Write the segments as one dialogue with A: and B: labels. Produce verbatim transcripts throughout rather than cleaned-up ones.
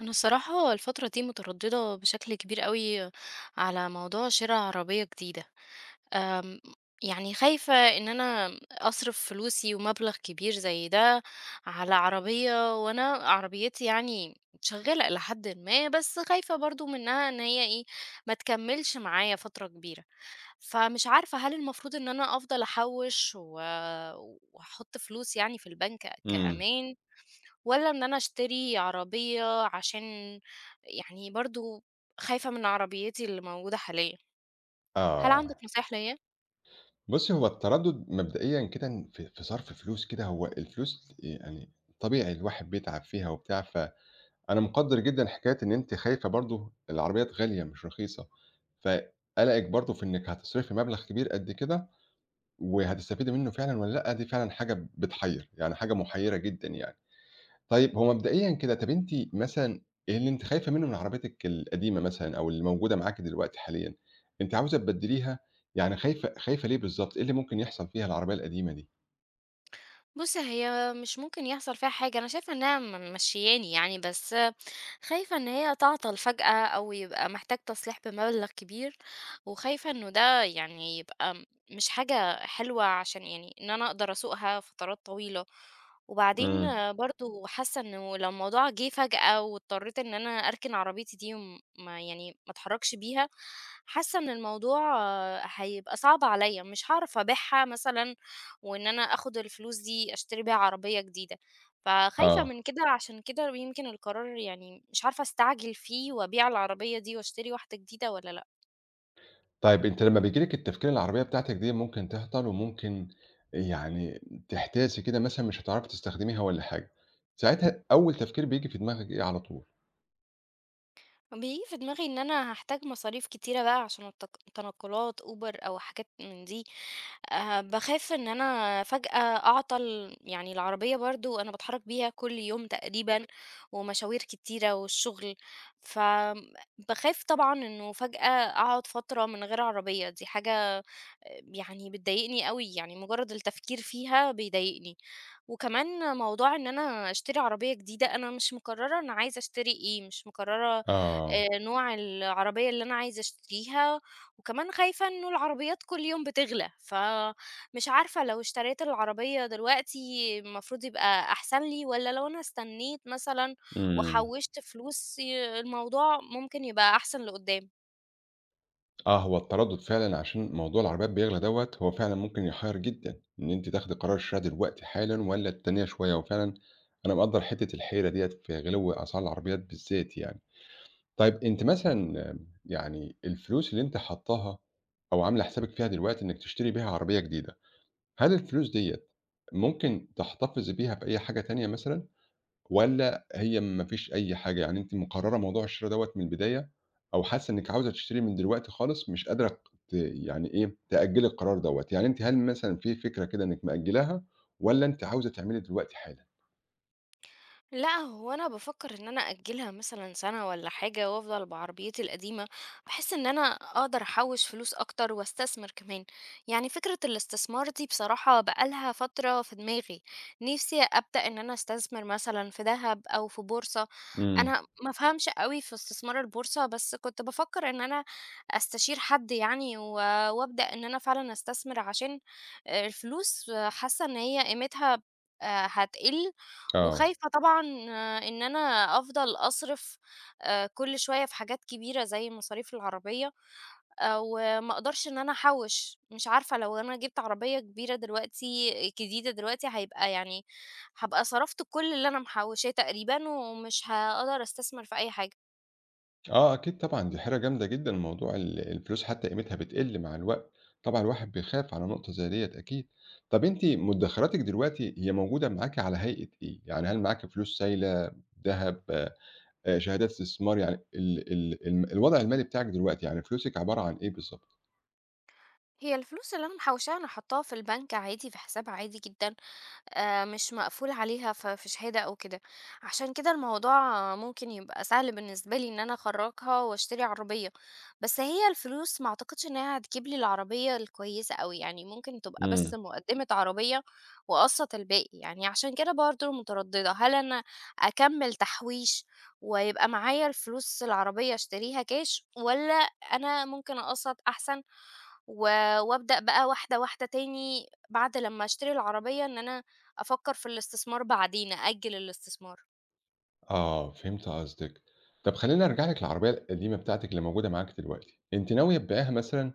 A: انا الصراحه الفتره دي متردده بشكل كبير قوي على موضوع شراء عربيه جديده. أم، يعني خايفه ان انا اصرف فلوسي ومبلغ كبير زي ده على عربيه وانا عربيتي يعني شغاله الى حد ما بس خايفه برضو منها ان هي ايه ما تكملش معايا فتره كبيره. فمش عارفه هل المفروض ان انا افضل احوش و- واحط فلوس يعني في البنك
B: إمم.
A: كامان، والّا إن أنا أشتري عربية عشان يعني برضه خايفة من عربيتي اللي موجودة حاليًا، هل
B: آه.
A: عندك نصايح ليّا؟
B: بُصّي، هو التردُّد مبدئيًا كده إن في في صرف فلوس كده، هو الفلوس يعني طبيعي الواحد بيتعب فيها وبتاع، فأنا مقدّر جدًا حكاية إن أنتِ خايفة برضه العربيات غالية مش رخيصة، فقلقِك برضه في إنِّك هتصرفي مبلغ كبير قد كده وهتستفيدي منّه فعلًا والّا لأ، دي فعلًا حاجة بتحيّر، يعني حاجة مُحيّرة جدًا يعني. طيب هو مبدئيًا كده طَب أنتِ مثلًا ايه اللي أنتِ خايفة منه من عربيتِك القديمة مثلًا أو اللي موجودة معاكِ دلوقتي حاليًا، أنتِ عاوزة تبدّليها يعني خايفة خايفة ليه بالضبط؟ إيه اللي ممكن يحصل فيها العربية القديمة دي؟
A: بُصّي، هي مش ممكن يحصل فيها حاجة، أنا شايفة إنها م ممشيّاني يعني، بس خايفة إن هي تعطل فجأة أو يبقى محتاج تصليح بمبلغ كبير، وخايفة إنه ده يعني يبقى م مش حاجة حلوة عشان يعني إن أنا أقدر أسوقها فترات طويلة، وبعدين
B: إمم.
A: برضه حاسة إنه لو الموضوع جِه فجأة واضطريت إن أنا أركن عربيتي دي وم ما يعني ما أتحركش بيها، حاسة إن الموضوع هيبقى صعب عليّا، مش هاعرف أبيعها مثلًا وإن أنا آخد الفلوس دي أشتري بيها عربية جديدة، فخايفة
B: آه.
A: من كده. عشان كده يمكن القرار يعني مش عارفة أستعجل فيه وأبيع العربية دي وأشتري واحدة جديدة والّا لأ.
B: طيب أنتِ لمّا بييجي لِك التفكير العربية بتاعتِك دي ممكن تهطل وممكن يعني تحتاسي كده مثلًا مش هتعرفي تستخدميها والّا حاجة، ساعتها أول تفكير بييجي في دماغِك إيه على طول؟
A: بييجي في دماغي إن أنا هاحتاج مصاريف كتيرة بقى عشان التق تنقلات أوبر أو حاجات من دي، آآ باخاف إن أنا فجأة أعطل، يعني العربية برضه أنا باتحرك بيها كل يوم تقريبا، ومشاوير كتيرة والشغل، فباخاف طبعًا إنه فجأة أقعد فترة من غير عربية، دي حاجة آآ يعني بتضايقني أوي، يعني مجرد التفكير فيها بيضايقني، وكمان موضوع إن أنا أشتري عربية جديدة، أنا مش مقررة أنا عايزة أشتري إيه، مش مقررة
B: آه.
A: آآ نوع العربية اللي أنا عايزة أشتريها، وكمان خايفة إنه العربيات كل يوم بتغلى، فمش عارفة لو اشتريت العربية دلوقتي المفروض يبقى أحسن لي، والّا لو أنا استنيت مثلًا
B: إمم.
A: وحوّشت فلوس ي الموضوع ممكن يبقى أحسن لقدّام؟
B: آه، هو التردُّد فعلًا عشان موضوع العربيات بيغلى دوّة، هو فعلًا ممكن يحيّر جدًا إن أنتِ تاخدي قرار الشرا دلوقتي حالًا والّا تستنّيها شوية، وفعلًا أنا مقدّر حتّة الحيرة ديّة في غِلو أسعار العربيات بالذات يعني. طيب أنتِ مثلًا آم، يعني الفلوس اللي أنتِ حاطّاها أو عاملة حسابِك فيها دلوقتي إنِّك تشتري بيها عربية جديدة، هل الفلوس ديّة ممكن تحتفظي بيها بأي حاجة تانية مثلًا؟ والّا هي ما فيش أي حاجة، يعني أنتِ مقررة موضوع الشرا دوّة من البداية، أو حاسة إنِّك عاوزة تشتري من دلوقتي خالص مش قادرة ت يعني إيه تأجّلي القرار دوّة، يعني أنتِ هل مثلًا في فكرة كده إنِّك مأجّلاها، والّا أنتِ عاوزة تعملي دلوقتي حالًا؟
A: لأ، هو أنا بافكّر إن أنا أأجّلها مثلًا سَنة والّا حاجة وأفضل بعربيتي القديمة، بحيث إن أنا أقدر أحوّش فلوس أكتر وأستثمر كمان. يعني فكرة الاستثمار دي بصراحة بقى لها فترة في دماغي، نِفْسي أبدأ إن أنا أستثمر مثلًا في دهب أو في بورصة.
B: إمم،
A: أنا ما أفهمش أوي في استثمار البورصة، بس كنت بافكّر إن أنا أستشير حد يعني و وأبدأ إن أنا فعلًا أستثمر عشان آآ الفلوس حاسّة إن هي قيمتها آآ هتقِل،
B: آه،
A: وخايفة طبعًا، آه، إن أنا أفضل أصرف آآ كل شوية في حاجات كبيرة زي مصاريف العربية، آآ وما أقدرش إن أنا أحوّش، مش عارفة لو أنا جِبت عربية كبيرة دلوقتي جديدة دلوقتي هيبقى يعني هابقى صرفت كل اللي أنا محوّشاه تقريبًا، ومش هاقدر أستثمر في أي حاجة.
B: آه أكيد طبعًا دي حيرة جامدة جدًا، موضوع ال الفلوس حتى قيمتها بتقل مع الوقت، طبعًا الواحد بيخاف على نقطة زي ديّة أكيد، طَب أنتِ مدخراتِك دلوقتي هي موجودة معاكِ على هيئة إيه؟ يعني هل معاكِ فلوس سايلة، دهب؟ آآ شهادات استثمار يعني ال ال الم الوضع المالي بتاعِك دلوقتي، يعني فلوسِك عبارة عن إيه بالضبط؟
A: هي الفلوس اللي أنا محوّشاها أنا حاطاها في البنك عادي، في حساب عادي جدًا، آآ مش مقفول عليها ف في شهادة أو كده، عشان كده الموضوع ممكن يبقى سهل بالنسبة لي إن أنا أخرّجها وأشتري عربية، بس هي الفلوس ما أعتقدش إنها هتجيب لي العربية الكويسة أوي، يعني ممكن تبقى بس
B: إمم.
A: مقدمة عربية وأقسّط الباقي، يعني عشان كده برضه مترددة، هل أنا أكمّل تحويش ويبقى معايا الفلوس العربية أشتريها كاش والّا أنا ممكن أقسّط أحسن، و وابدأ بقى واحدة، واحدة تاني بعد لمّا أشتري العربية إن أنا أفكّر في الاستثمار بعدين، أأجّل الاستثمار.
B: آه، فهمت قصدِك. طَب خلّيني أرجع لِك للعربية القديمة بتاعتِك اللي موجودة معاكِ دلوقتي، أنتِ ناوية تبيعيها مثلًا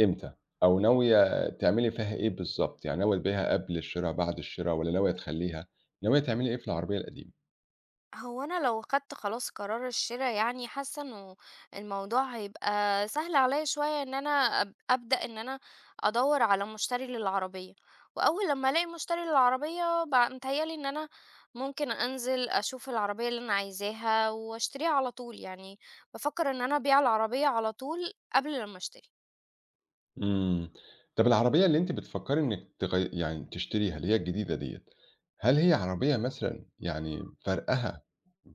B: إمتى؟ أو ناوية تعملي فيها إيه بالضبط؟ يعني ناوية تبيعيها قبل الشِرا، بعد الشِرا والّا ناوية تخلّيها؟ ناوية تعملي إيه في العربية القديمة؟
A: هو أنا لو خدت خلاص قرار الشرا يعني حاسة إنه الموضوع هيبقى سهل عليّا شوية إن أنا أب أبدأ إن أنا أدوّر على مشتري للعربية، وأول لمّا ألاقي مشتري للعربية ب متهيأ لي إن أنا ممكن أنزل أشوف العربية اللي أنا عايزاها وأشتريها على طول، يعني بافكّر إن أنا أبيع العربية على طول قبل لمّا أشتري.
B: إمم. طَب العربية اللي أنتِ بتفكّري إنِّك تغي يعني تشتريها اللي هي الجديدة ديّة، هل هي عربية مثلًا يعني فرقها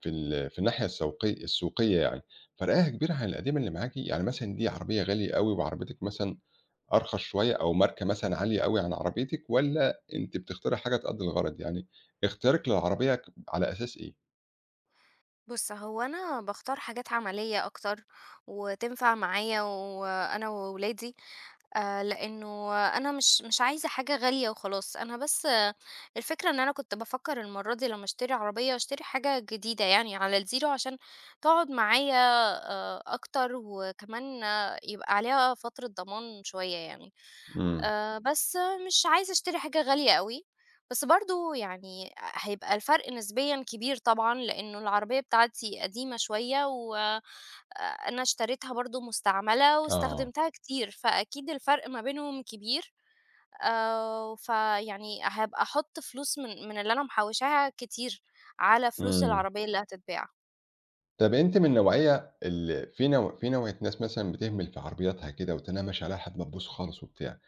B: في ال في الناحية السوقي السوقية يعني، فرقها كبير عن القديمة اللي معاكِ؟ يعني مثلًا دي عربية غالية أوي وعربيتِك مثلًا أرخص شوية أو ماركة مثلًا عالية أوي عن عربيتِك والّا أنتِ بتختاري حاجة تأدّي الغرض؟ يعني اختيارِك للعربية ك على أساس إيه؟
A: بُص، هو أنا باختار حاجات عملية أكتر وتنفع معايا وأنا وولادي، آآ لإنه أنا مش مش عايزة حاجة غالية وخلاص، أنا بس آه، الفكرة إن أنا كنت بافكّر المرّة دي لمّا أشتري عربية، أشتري حاجة جديدة يعني على الزيرو عشان تقعد معايا آآ أكتر، وكمان آه، يبقى عليها فترة ضمان شوية يعني.
B: إمم،
A: آآ بس آه، مش عايزة أشتري حاجة غالية أوي، بس برضه يعني هيبقى الفرق نسبيًا كبير طبعًا، لإنه العربية بتاعتي قديمة شوية و آآ أنا اشتريتها برضه مستعملة
B: آه،
A: واستخدمتها كتير، فأكيد الفرق ما بينهم كبير، آآ فيعني هابقى أحُط فلوس من من اللي أنا محوّشاها كتير على فلوس
B: إمم.
A: العربية اللي هتتباع.
B: طب أنتِ من النوعية ال في نوع في نوعية ناس مثلًا بتهمل في عربياتها كده وتلاقيها ماشية عليها حد مدبوس خالص وبتاع،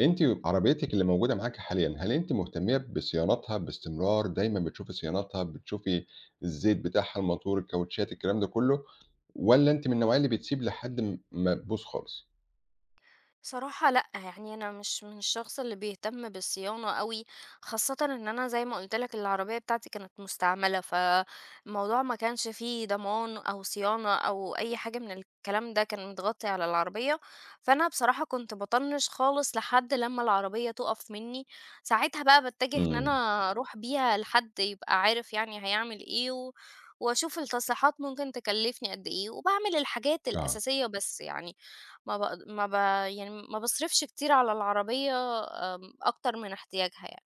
B: أنتِ عربيتِك اللي موجودة معاكِ حاليًا، هل أنتِ مهتمية بصيانتها باستمرار، دايمًا بتشوفي صيانتها، بتشوفي الزيت بتاعها، الماتور، الكاوتشات، الكلام ده كله، والّا أنتِ من النوعية اللي بتسيب لحد م ما تبوظ خالص؟
A: صراحة لأ، يعني أنا مش من الشخص اللي بيهتم بالصيانة أوي، خاصةً إن أنا زي ما قُلت لك العربية بتاعتي كانت مستعملة، فالموضوع ما كانش فيه ضمان أو صيانة أو أي حاجة من الكلام ده، كان متغطي على العربية، فأنا بصراحة كنت باطنّش خالص لحد لمّا العربية تُقف منّي، ساعتها بقى باتجه إن
B: إمم،
A: أنا أروح بيها لحد يبقى عارف يعني هيعمل إيه، و وأشوف التصليحات ممكن تكلّفني قد إيه، وباعمل الحاجات
B: آه.
A: الأساسية بس يعني، ما باق ما ب يعني ما باصرفش كتير على العربية أكتر من احتياجها يعني.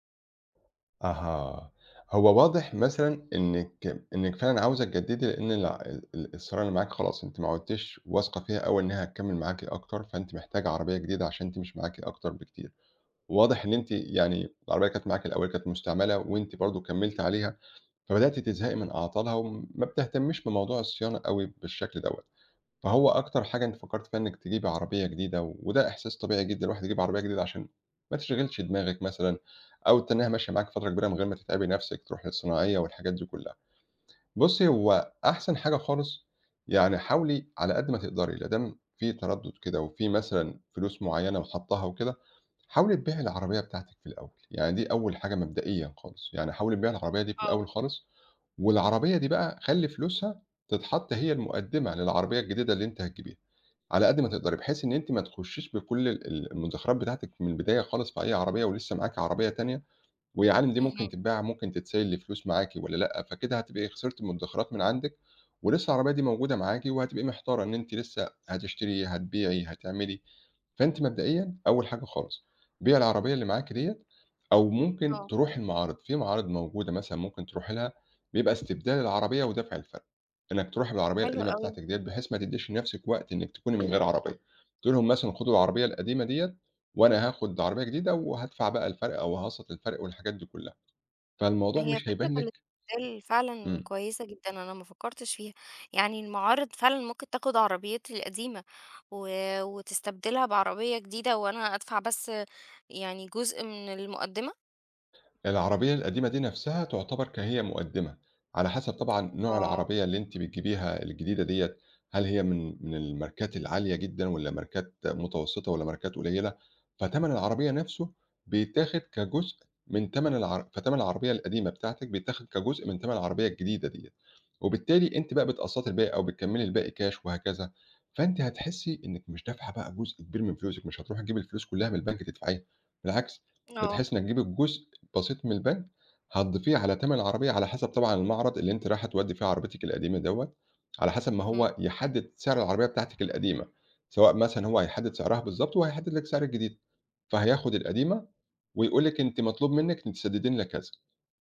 B: أها. هو واضح مثلًا إنِّك إنِّك فعلًا عاوزة تجدّدي لإن الع ال الصيانة اللي معاكِ خلاص أنتِ ما عُدتيش واثقة فيها أوي إنها هتكمّل معاكِ أكتر، فأنتِ محتاجة عربية جديدة عشان تمشي معاكِ أكتر بكتير. وواضح إن أنتِ يعني العربية كانت معاكِ الأول كانت مستعملة وأنتِ برضه كمّلتِ عليها، فبدأتِ تزهقي من أعطالها وما بتهتمّيش بموضوع الصيانة أوي بالشكل دوّة. فهو أكتر حاجة أنتِ فكّرتِ فيها إنِّك تجيبي عربية جديدة، و- وده إحساس طبيعي جدًا الواحد يجيب عربية جديدة عشان ما تشغلش دماغِك مثلًا، أو تستنّيها ماشية معاكِ فترة كبيرة من غير ما تتعبي نفسِك، تروحي للصناعية والحاجات دي كلّها. بُصّي، هو أحسن حاجة خالص يعني حاولي على قد ما تقدري، لا دام في تردُّد كده وفي مثلًا فلوس معيّنة وحاطّاها وكده، حاولي تبيعي العربية بتاعتِك في الأول، يعني دي أول حاجة مبدئيًا خالص، يعني حاولي تبيعي العربية دي في الأول
A: آه.
B: خالص، والعربية دي بقى خلّي فلوسها تتحط هي المقدِّمة للعربية الجديدة اللي أنتِ هتجيبيها. على قد ما تقدري، بحيث إن أنتِ ما تخشيش بكل ال ال المدخرّات بتاعتِك من البداية خالص في أي عربية، ولسه معاكِ عربية تانية، ويا عالِم دي ممكن
A: اهم.
B: تتباع، ممكن تتسيل لفلوس معاكِ والّا لأ، فكده هتبقي خسرتِ المدخرّات من عندِك، ولسه العربية دي موجودة معاكِ، وهتبقي محتارة إن أنتِ لسه هتشتري، هتبيعي، هتعملي، فأنتِ مبدئيًا أول حاجة خالص، بيعي العربية اللي معاكِ ديّة أو ممكن
A: آه.
B: تروحي المعارض، في معارض موجودة مثلًا ممكن تروحي لها، بيبقى استبدال العربية ودافع الفَرْق، إنّك تروحي بالعربية
A: حلو
B: القديمة
A: أوي.
B: بتاعتِك ديّة بحيث ما تدّيش لنَفْسِك وقت إنِّك تكوني من غير عربية، تقولي لهم مثلًا خدوا العربية القديمة ديّة وأنا هاخُد عربية جديدة وهادفع بقى الفَرْق أو هاقسّط الفَرْق والحاجات دي كُلّها، فالموضوع
A: هي
B: مش
A: فكرة
B: هيبان لِك.
A: الاستبدال فعلًا
B: إمم.
A: كويسة جدًا، أنا ما فكّرتش فيها. يعني المعارض فعلًا ممكن تاخُد عربيتي القديمة و وتستبدلها بعربية جديدة وأنا أدفع بس يعني جزء من المقدّمة؟
B: العربية القديمة دي نفسها تعتبر كهي مقدمة، على حسب طبعًا نوع
A: آه.
B: العربية اللي أنتِ بتجيبيها الجديدة ديّة، هل هي من من الماركات العالية جدًا والّا ماركات متوسطة والّا ماركات قليلة، فتَمَن العربية نفسه بيتاخد كجزء من تَمَن العر فتَمَن العربية القديمة بتاعتك بيتاخد كجزء من تَمَن العربية الجديدة ديّة، وبالتالي أنتِ بقى بتقسّطي الباقي أو بتكمّلي الباقي كاش وهكذا، فأنتِ هتحسّي إنِّك مش دافعة بقى جزء كبير من فلوسِك، مش هتروحي تجيبي الفلوس كلّها من البنك تدفعيها، بالعكس، ده
A: آه.
B: تحسّي إنِّك هتجيبي الجزء بسيط من البنك، هتضيفيه على تَمَن العربية على حسب طبعًا المعرض اللي أنتِ رايحة تودّي فيه عربيتِك القديمة دوّة، على حسب ما
A: اهم.
B: هو يحدد سعر العربية بتاعتِك القديمة، سواء مثلًا هو هيحدد سعرها بالضبط وهيحدد لِك سعر الجديد، فهياخد القديمة ويقول لِك أنتِ مطلوب منِّك إنِّك تسدّدي لنا كذا،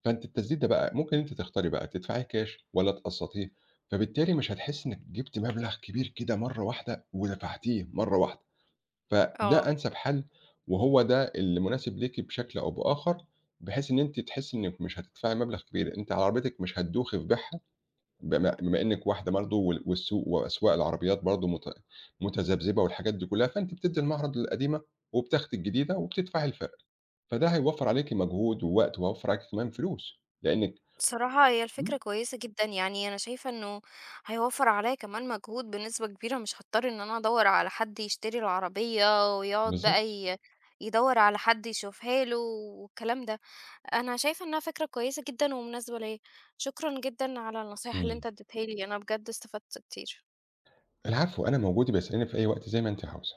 B: فأنتِ التسديد ده بقى ممكن أنتِ تختاري بقى تدفعيه كاش والّا تقسّطيه، فبالتالي مش هتحسّي إنِّك جِبتِ مبلغ كبير كده مرّة واحدة ودفعتيه مرّة واحدة. فده
A: آه.
B: أنسب حل، وهو ده اللي مناسب ليكِ بشكل أو بآخر، بحيث إن أنتِ تحسّي إنِّك مش هتدفعي مبلغ كبير، أنتِ عربيتِك مش هتدوخي في بيعها، بما بما إنِّك واحدة برضه وال والسوق وأسواق العربيات برضه مت متذبذبة والحاجات دي كلّها، فأنتِ بتدّي المعرض للقديمة وبتاخدي الجديدة وبتدفعي الفرق، فده هيوفّر عليكِ مجهود ووقت وهيوفّر عليكِ كمان فلوس، لإنِّك.
A: بصراحة هي
B: إمم،
A: الفكرة كويسة جدًا، يعني أنا شايفة إنه هيوفّر عليَّ كمان مجهود بنسبة كبيرة، مش هاضطر إن أنا أدوّر على حد يشتري العربية ويقعد بقى
B: بالضبط،
A: ي يدوّر على حد يشوفها له والكلام ده. أنا شايفة إنها فكرة كويسة جدًا ومناسبة ليَّ. شكرًا جدًا على النصايح اللي
B: إمم،
A: أنت اديتها لي، أنا بجد استفدت كتير.
B: العفو أنا موجود، يبقى اسأليني في أي وقت زي ما أنتِ عاوزة.